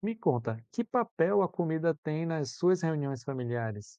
Me conta, que papel a comida tem nas suas reuniões familiares?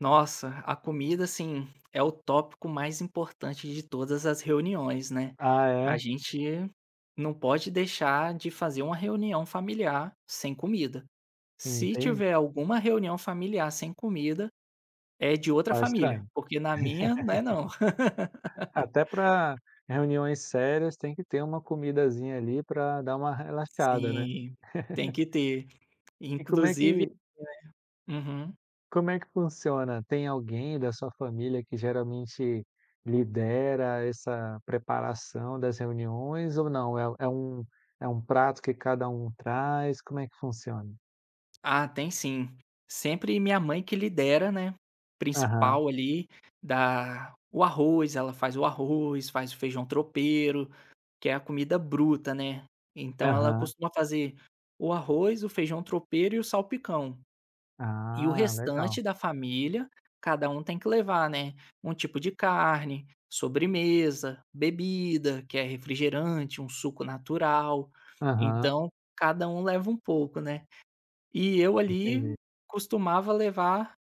Nossa, a comida, assim, é o tópico mais importante de todas as reuniões, né. Ah, A é? gente não pode deixar de fazer uma reunião familiar sem comida. Se Entendi. tiver alguma reunião familiar sem comida, é de outra Ah, família, estranho. porque na minha não é não. Até para reuniões sérias tem que ter uma comidazinha ali para dar uma relaxada, né? Sim, tem que ter. E Inclusive Uhum. como é que funciona? Tem alguém da sua família que geralmente lidera essa preparação das reuniões ou não? É um prato que cada um traz? Como é que funciona? Ah, tem sim. Sempre minha mãe que lidera, né, Aham, principal ali da o arroz, ela faz o arroz, faz o feijão tropeiro, que é a comida bruta, né. Então ela aham. costuma fazer o arroz, o feijão tropeiro e o salpicão. E o Ah, legal. restante da família, cada um tem que levar, né, um tipo de carne, sobremesa, bebida, que é refrigerante, um suco natural. Aham, Então, cada um leva um pouco, né. E eu ali entendi. costumava levar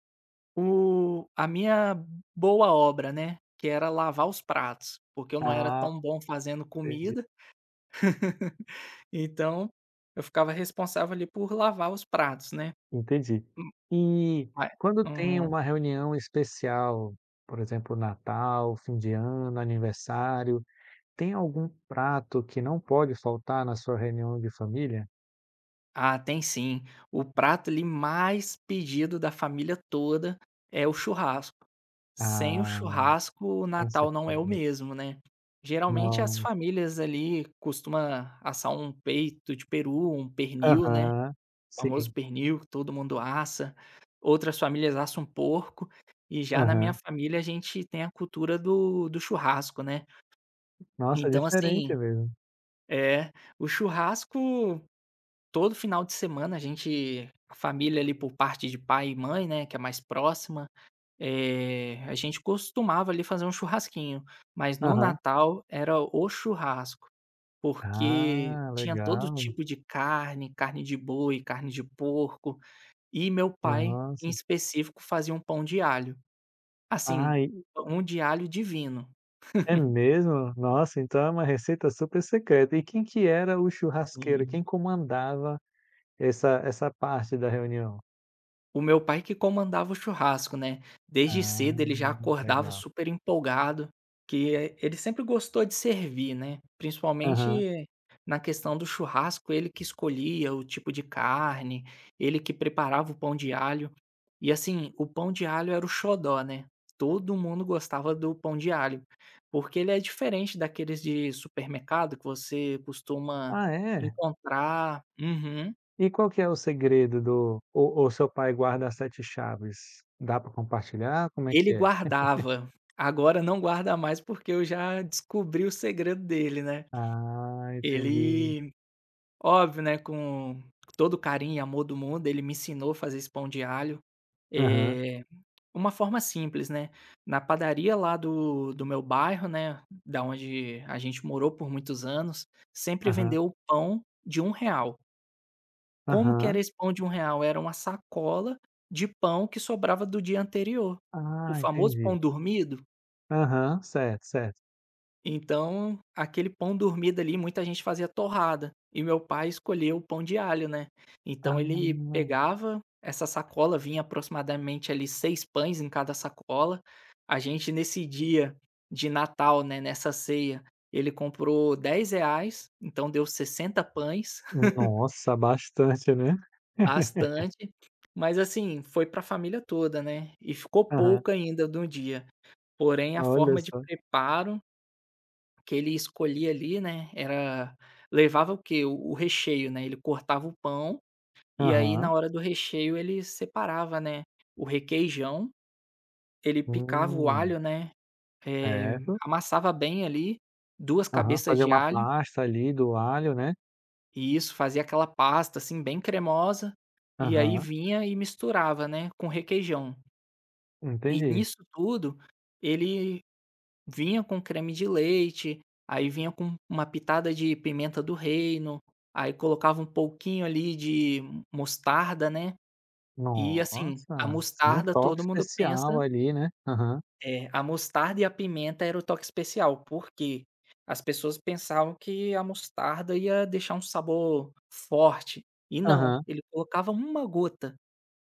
o a minha boa obra, né, que era lavar os pratos, porque eu não era Ah, tão bom fazendo entendi, comida, então eu ficava responsável ali por lavar os pratos, né. entendi. Hum, E quando tem ma uma reunião especial, por exemplo, Natal, fim de ano, aniversário, tem algum prato que não pode faltar na sua reunião de família? Ah, tem sim. O prato ali mais pedido da família toda é o churrasco. Sem o Ah, churrasco, o com Natal não é o certeza. mesmo, né. Geralmente as Nossa. famílias ali costumam assar um peito de peru, um pernil, né, Aham. o famoso Sim. pernil que todo mundo assa, outras famílias assam um porco, e já na minha Aham. família a gente tem a cultura do churrasco, né. Nossa, é Então diferente assim mesmo. é, o churrasco Todo final de semana a gente a família ali por parte de pai e mãe, né, que é mais próxima, a gente costumava ali fazer um churrasquinho, mas no Aham. Natal era o churrasco, porque Ah, tinha todo legal. tipo de carne, carne de boi, carne de porco, e meu pai, em Nossa. específico, fazia um pão de alho. Assim, Ai, um de alho divino. é mesmo? Nossa, então é uma receita super secreta. E quem que era o churrasqueiro? Quem comandava essa parte da reunião? O meu pai que comandava o churrasco, né. Desde Ah, cedo ele já acordava legal. super empolgado, que ele sempre gostou de servir, né, Aham. principalmente na questão do churrasco, ele que escolhia o tipo de carne, ele que preparava o pão de alho. E assim, o pão de alho era o xodó, né, todo mundo gostava do pão de alho, porque ele é diferente daqueles de supermercado que você costuma Ah, é? encontrar. Uhum. E qual que é o segredo do ou seu pai guarda as 7 chaves? Dá para compartilhar? Como é Ele que é? guardava, agora não guarda mais, porque eu já descobri o segredo dele, né. Ah, entendi. Ele óbvio, né, com todo o carinho e amor do mundo, ele me ensinou a fazer esse pão de alho, Aham, eh, uma forma simples, né. Na padaria lá do meu bairro, né, da onde a gente morou por muitos anos, sempre aham, vendeu o pão de R$ 1. Como que aham. era esse pão de R$ 1? Era uma sacola de pão que sobrava do dia anterior, o Ah, famoso entendi. pão dormido. Aham, certo, certo. Então, aquele pão dormido ali, muita gente fazia torrada, e meu pai escolheu o pão de alho, né. Ah, Então ele pegava essa sacola, vinha aproximadamente ali 6 pães em cada sacola. A gente nesse dia de Natal, né, nessa ceia, ele comprou R$ 10, então deu 60 pães. nossa, bastante, né? Bastante, mas assim, foi para a família toda, né, e ficou Aham, pouco ainda no dia, porém a olha forma de só. preparo que ele escolhia ali, né, era levava o quê? O recheio, né, ele cortava o pão, e aí Aham. na hora do recheio ele separava, né, o requeijão, ele picava o Hum, alho, né, eh, certo. amassava bem ali, 2 Aham, cabeças fazer de uma alho, pasta ali do alho, né. e isso, fazia aquela pasta, assim, bem cremosa, e aí Aham, vinha e misturava, né, com requeijão. E entendi. nisso tudo, ele Vinha com creme de leite, aí vinha com uma pitada de pimenta do reino, aí colocava um pouquinho ali de mostarda, né. E assim, Nossa, a sim, um mostarda toque todo mundo especial pensa ali, né. Aham, é, a mostarda e a pimenta era o toque especial, porque as pessoas pensavam que a mostarda ia deixar um sabor forte, e não, aham. ele colocava uma gota,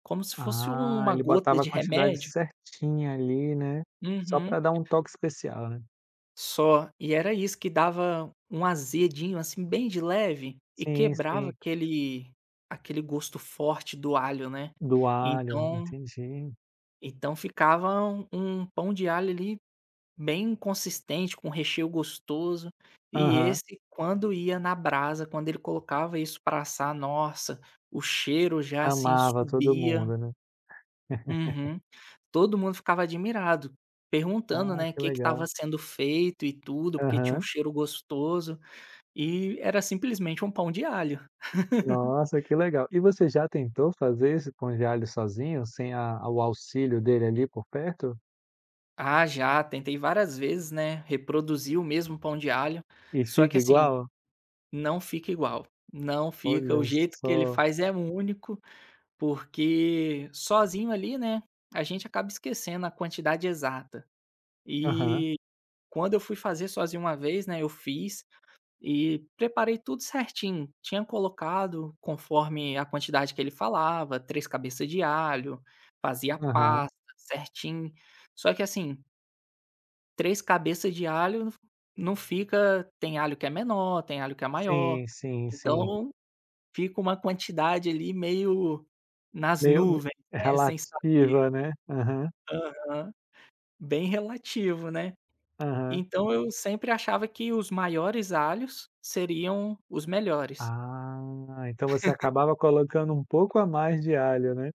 como se fosse Ah, uma ele gota botava a de quantidade remédio. certinha ali, né, só Uhum. pra dar um toque especial, né. Só. E era isso que dava um azedinho, assim, bem de leve e Sim, quebrava sim, aquele gosto forte do alho, né. do alho, Então entendi. então ficava um pão de alho ali bem consistente, com recheio gostoso. E Aham, esse quando ia na brasa, quando ele colocava isso para assar, nossa, o cheiro já, assim, amava todo subia. mundo, né. Uhum. Todo mundo ficava admirado, perguntando, Ah, né, o que que estava legal. sendo feito e tudo, porque tinha um Aham. cheiro gostoso, e era simplesmente um pão de alho. Nossa, que legal. E você já tentou fazer esse pão de alho sozinho, sem a o auxílio dele ali por perto? Ah, já, tentei várias vezes, né, reproduzir o mesmo pão de alho, E só que fica assim, igual? não fica igual, não fica, o Olha jeito que ele só. faz é único, porque sozinho ali, né, a gente acaba esquecendo a quantidade exata. Aham, E quando eu fui fazer sozinho uma vez, né, eu fiz E preparei tudo certinho, tinha colocado conforme a quantidade que ele falava, 3 cabeças de alho, fazia a aham. pasta certinho. Só que assim, 3 cabeças de alho não fica tem alho que é menor, tem alho que é maior, Sim, sim, sim. então fica uma quantidade ali meio nas Meio me nuvens, né, sem saber. relativa, né. Aham, Aham. Bem relativo, né. aham. Então eu sempre achava que os maiores alhos seriam os melhores. Ah, então você acabava colocando um pouco a mais de alho, né.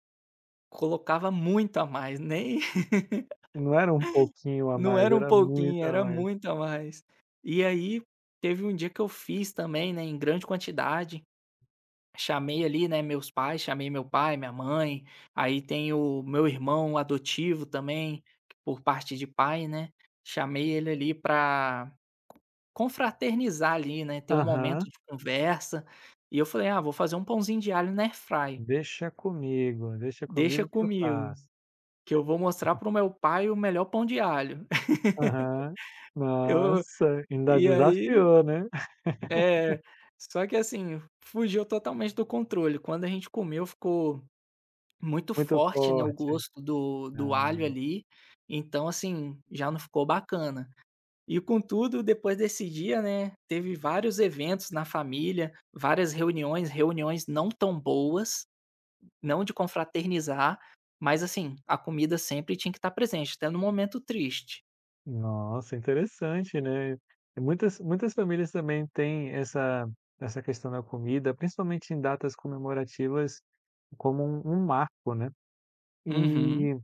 Colocava muito a mais, nem Não era um pouquinho a não mais, era um era muito pouquinho, a era mais. muito a mais. E aí, teve um dia que eu fiz também, né, em grande quantidade, chamei ali, né, meus pais, chamei meu pai, minha mãe, aí tem o meu irmão adotivo também, por parte de pai, né, chamei ele ali pra confraternizar ali, né, ter um momento Aham. de conversa, e eu falei: "Ah, vou fazer um pãozinho de alho na airfry, Deixa deixa comigo que eu comigo, faço". que eu vou mostrar para o meu pai o melhor pão de alho". Aham. Eu Nossa, ainda E aí desafiou, né. é, só que assim, fugiu totalmente do controle. Quando a gente comeu, ficou muito Muito forte, né, o forte. gosto do Ah, alho ali, então assim, já não ficou bacana. E contudo, depois desse dia, né, teve vários eventos na família, várias reuniões, reuniões não tão boas, não de confraternizar, mas assim, a comida sempre tinha que estar presente, até no momento triste. nossa, interessante, né. E muitas famílias também têm essa questão da comida, principalmente em datas comemorativas, como um marco, né. Uhum. E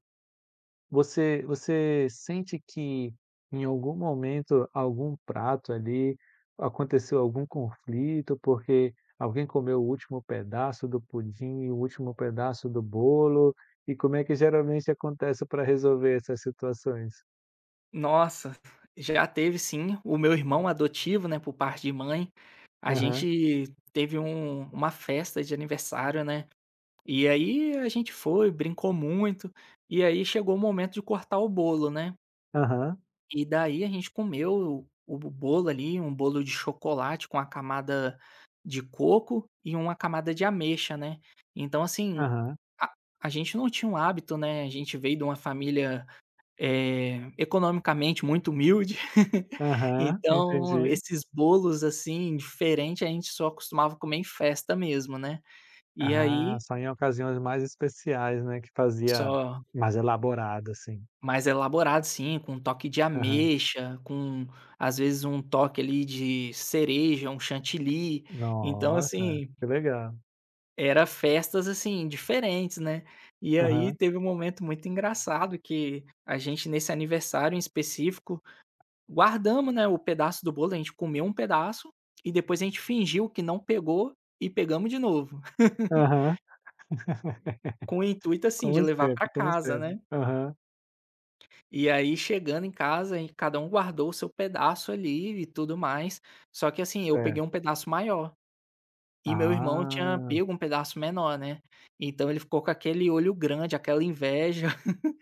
você sente que em algum momento, algum prato ali, aconteceu algum conflito, porque alguém comeu o último pedaço do pudim e o último pedaço do bolo, e como é que geralmente acontece para resolver essas situações? Nossa, já teve sim. O meu irmão adotivo, né, por parte de mãe, a Aham, gente teve uma festa de aniversário, né, e aí a gente foi, brincou muito, e aí chegou o momento de cortar o bolo, né, aham, e daí a gente comeu o bolo ali, um bolo de chocolate com a camada de coco e uma camada de ameixa, né. Então assim, aham, a a gente não tinha um hábito, né, a gente veio de uma família economicamente muito humilde, aham, então entendi. esses bolos, assim, diferente, a gente só costumava comer em festa mesmo, né. E Ah, aí só em ocasiões mais especiais, né, que fazia só mais elaborado, assim. mais elaborado, sim, com um toque de Aham. ameixa, com às vezes um toque ali de cereja, um chantilly, então Nossa, assim, que legal. era festas, assim, diferentes, né. E aí Aham, teve um momento muito engraçado que a gente nesse aniversário em específico Guardamos, né, o pedaço do bolo, a gente comeu um pedaço e depois a gente fingiu que não pegou e pegamos de novo. aham. Com o intuito, assim, de Como levar para sempre, como casa, sempre. né. Aham, E aí chegando em casa, aí cada um guardou o seu pedaço ali e tudo mais, só que, assim, eu peguei certo. um pedaço maior e meu irmão tinha Ah, pego um pedaço menor, né. Então ele ficou com aquele olho grande, aquela inveja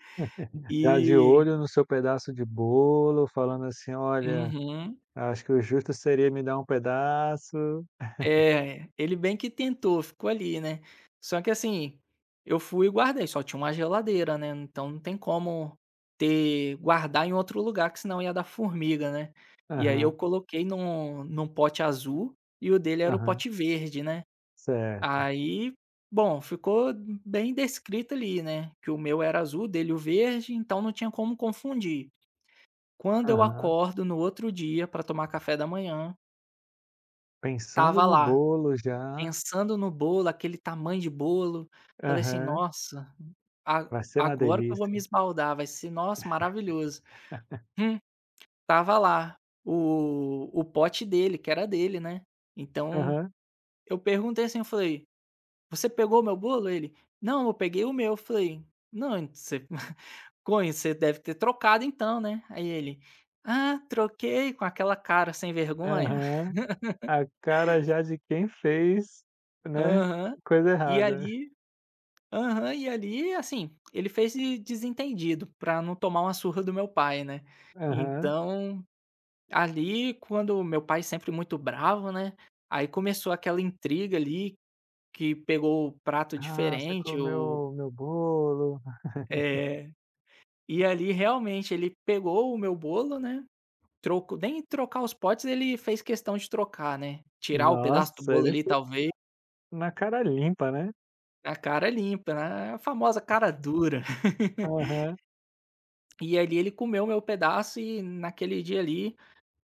já de e olho no seu pedaço de bolo, falando assim: "Olha, uhum. acho que o justo seria me dar um pedaço". É, ele bem que tentou, ficou ali, né. Só que assim, eu fui e guardei, só tinha uma geladeira, né, então não tem como ter guardar em outro lugar que senão ia dar formiga, né. E aí eu Aham, coloquei num pote azul e o dele era o aham, pote verde, né. certo. Aí, bom, ficou bem descrito ali, né, que o meu era azul, o dele o verde, então não tinha como confundir. Quando eu Aham. acordo no outro dia pra tomar café da manhã, Pensando estava no lá. bolo já. Pensando no bolo, aquele tamanho de bolo, falei assim: Aham. "Nossa, a Vai ser uma agora que eu vou me delícia. esbaldar, vai ser, nossa, maravilhoso". Hum, estava lá o pote dele, que era dele, né. Então, Aham, eu perguntei assim, eu falei: "Você pegou o meu bolo?" Ele: "Não, eu peguei o meu". Eu falei: "Não, ent você Cunha, você deve ter trocado então, né?" Aí ele: "Ah, troquei", com aquela cara sem vergonha. aham. A cara já de quem fez, né, Aham. coisa E errada. ali Aham, e ali, assim, ele fez de desentendido pra não tomar uma surra do meu pai, né. Aham. Então, ali, quando meu pai sempre muito bravo, né, aí começou aquela intriga ali, que pegou o prato "Ah, você diferente, o comeu meu bolo". é, e ali realmente ele pegou o meu bolo, né, trocou nem trocar os potes ele fez questão de trocar, né, tirar o pedaço do Nossa, bolo ele ali talvez, na cara limpa, né. a cara limpa, né, a famosa cara dura. Aham, E ali ele comeu meu pedaço e naquele dia ali,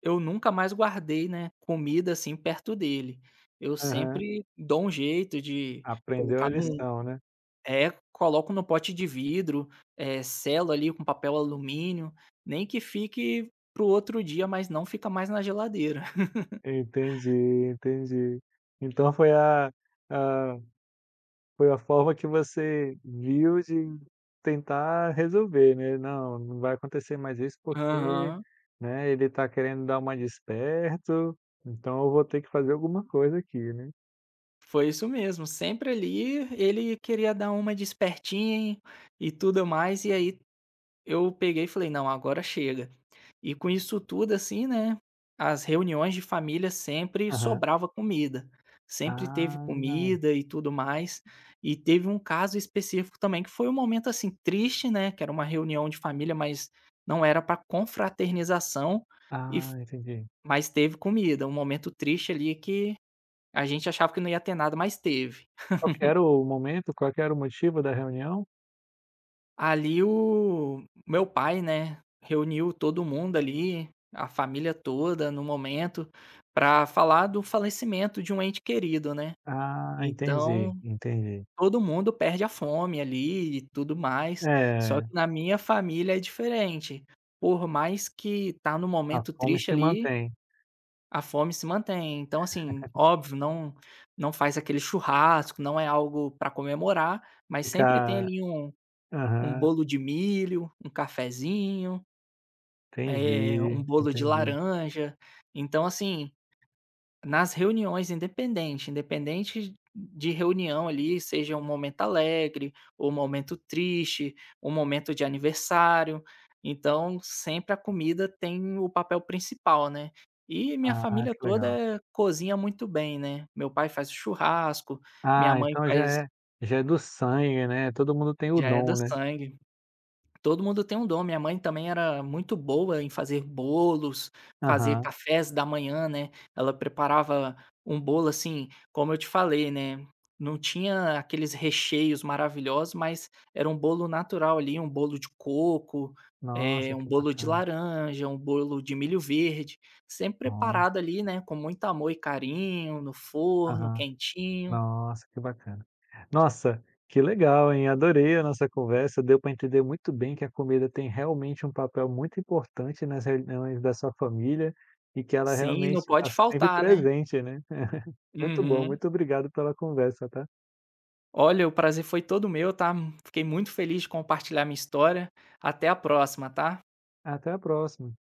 eu nunca mais guardei, né, comida, assim, perto dele. Eu aham. sempre dou um jeito de Aprendeu a colocar num lição, né. é, coloco no pote de vidro, selo ali com papel alumínio, nem que fique para o outro dia, mas não fica mais na geladeira. Entendi, entendi. Então foi a foi a forma que você viu de tentar resolver, né. "Não, não vai acontecer mais isso porque, Aham. né, ele tá querendo dar uma de esperto, então eu vou ter que fazer alguma coisa aqui", né. Foi isso mesmo, sempre ali ele queria dar uma de e tudo mais, e aí eu peguei e falei: "Não, agora chega". E com isso tudo, assim, né, as reuniões de família sempre Aham. sobrava comida. Sempre teve Ah, comida e tudo mais. E teve um caso específico também que foi um momento, assim, triste, né, que era uma reunião de família, mas não era para confraternização e f ah, entendi. mas teve comida, um momento triste ali que a gente achava que não ia ter nada, mas teve. Qual que era o momento, qual que era o motivo da reunião? Ali o meu pai, né, reuniu todo mundo ali, a família toda no momento, para falar do falecimento de um ente querido, né. Ah, entendi, Então, entendi. todo mundo perde a fome ali e tudo mais, só É, que na minha família é diferente. Por mais que tá no a momento fome triste se ali, mantém. a fome se mantém. Então, assim, óbvio, não não faz aquele churrasco, não é algo para comemorar, mas sempre tem Fica ali um um aham, bolo de milho, um cafezinho, entendi, um bolo de entendi. laranja. Então, assim, nas reuniões independente, independente de reunião ali, seja um momento alegre, ou um momento triste, um momento de aniversário, então sempre a comida tem o papel principal, né. E minha Ah, família que legal. toda cozinha muito bem, né. Meu pai faz o churrasco, minha Ah, mãe então faz já é do sangue, né, todo mundo tem o já é do dom, né. sangue. Todo mundo tem um dom. Minha mãe também era muito boa em fazer bolos, fazer Aham. cafés da manhã, né. Ela preparava um bolo, assim, como eu te falei, né, não tinha aqueles recheios maravilhosos, mas era um bolo natural ali, um bolo de coco, Nossa, um que bolo de bacana. laranja, um bolo de milho verde, sempre Nossa. preparado ali, né, com muito amor e carinho, no forno, Aham. quentinho. Nossa, que bacana. Nossa, que legal, hein, adorei a nossa conversa, deu pra entender muito bem que a comida tem realmente um papel muito importante nas reuniões da sua família, e que ela Sim, não realmente tá pode sempre faltar, né. presente, né. Muito bom, Uhum. muito obrigado pela conversa, tá. Olha, o prazer foi todo meu, tá? Fiquei muito feliz de compartilhar minha história. Até a próxima, tá? Até a próxima.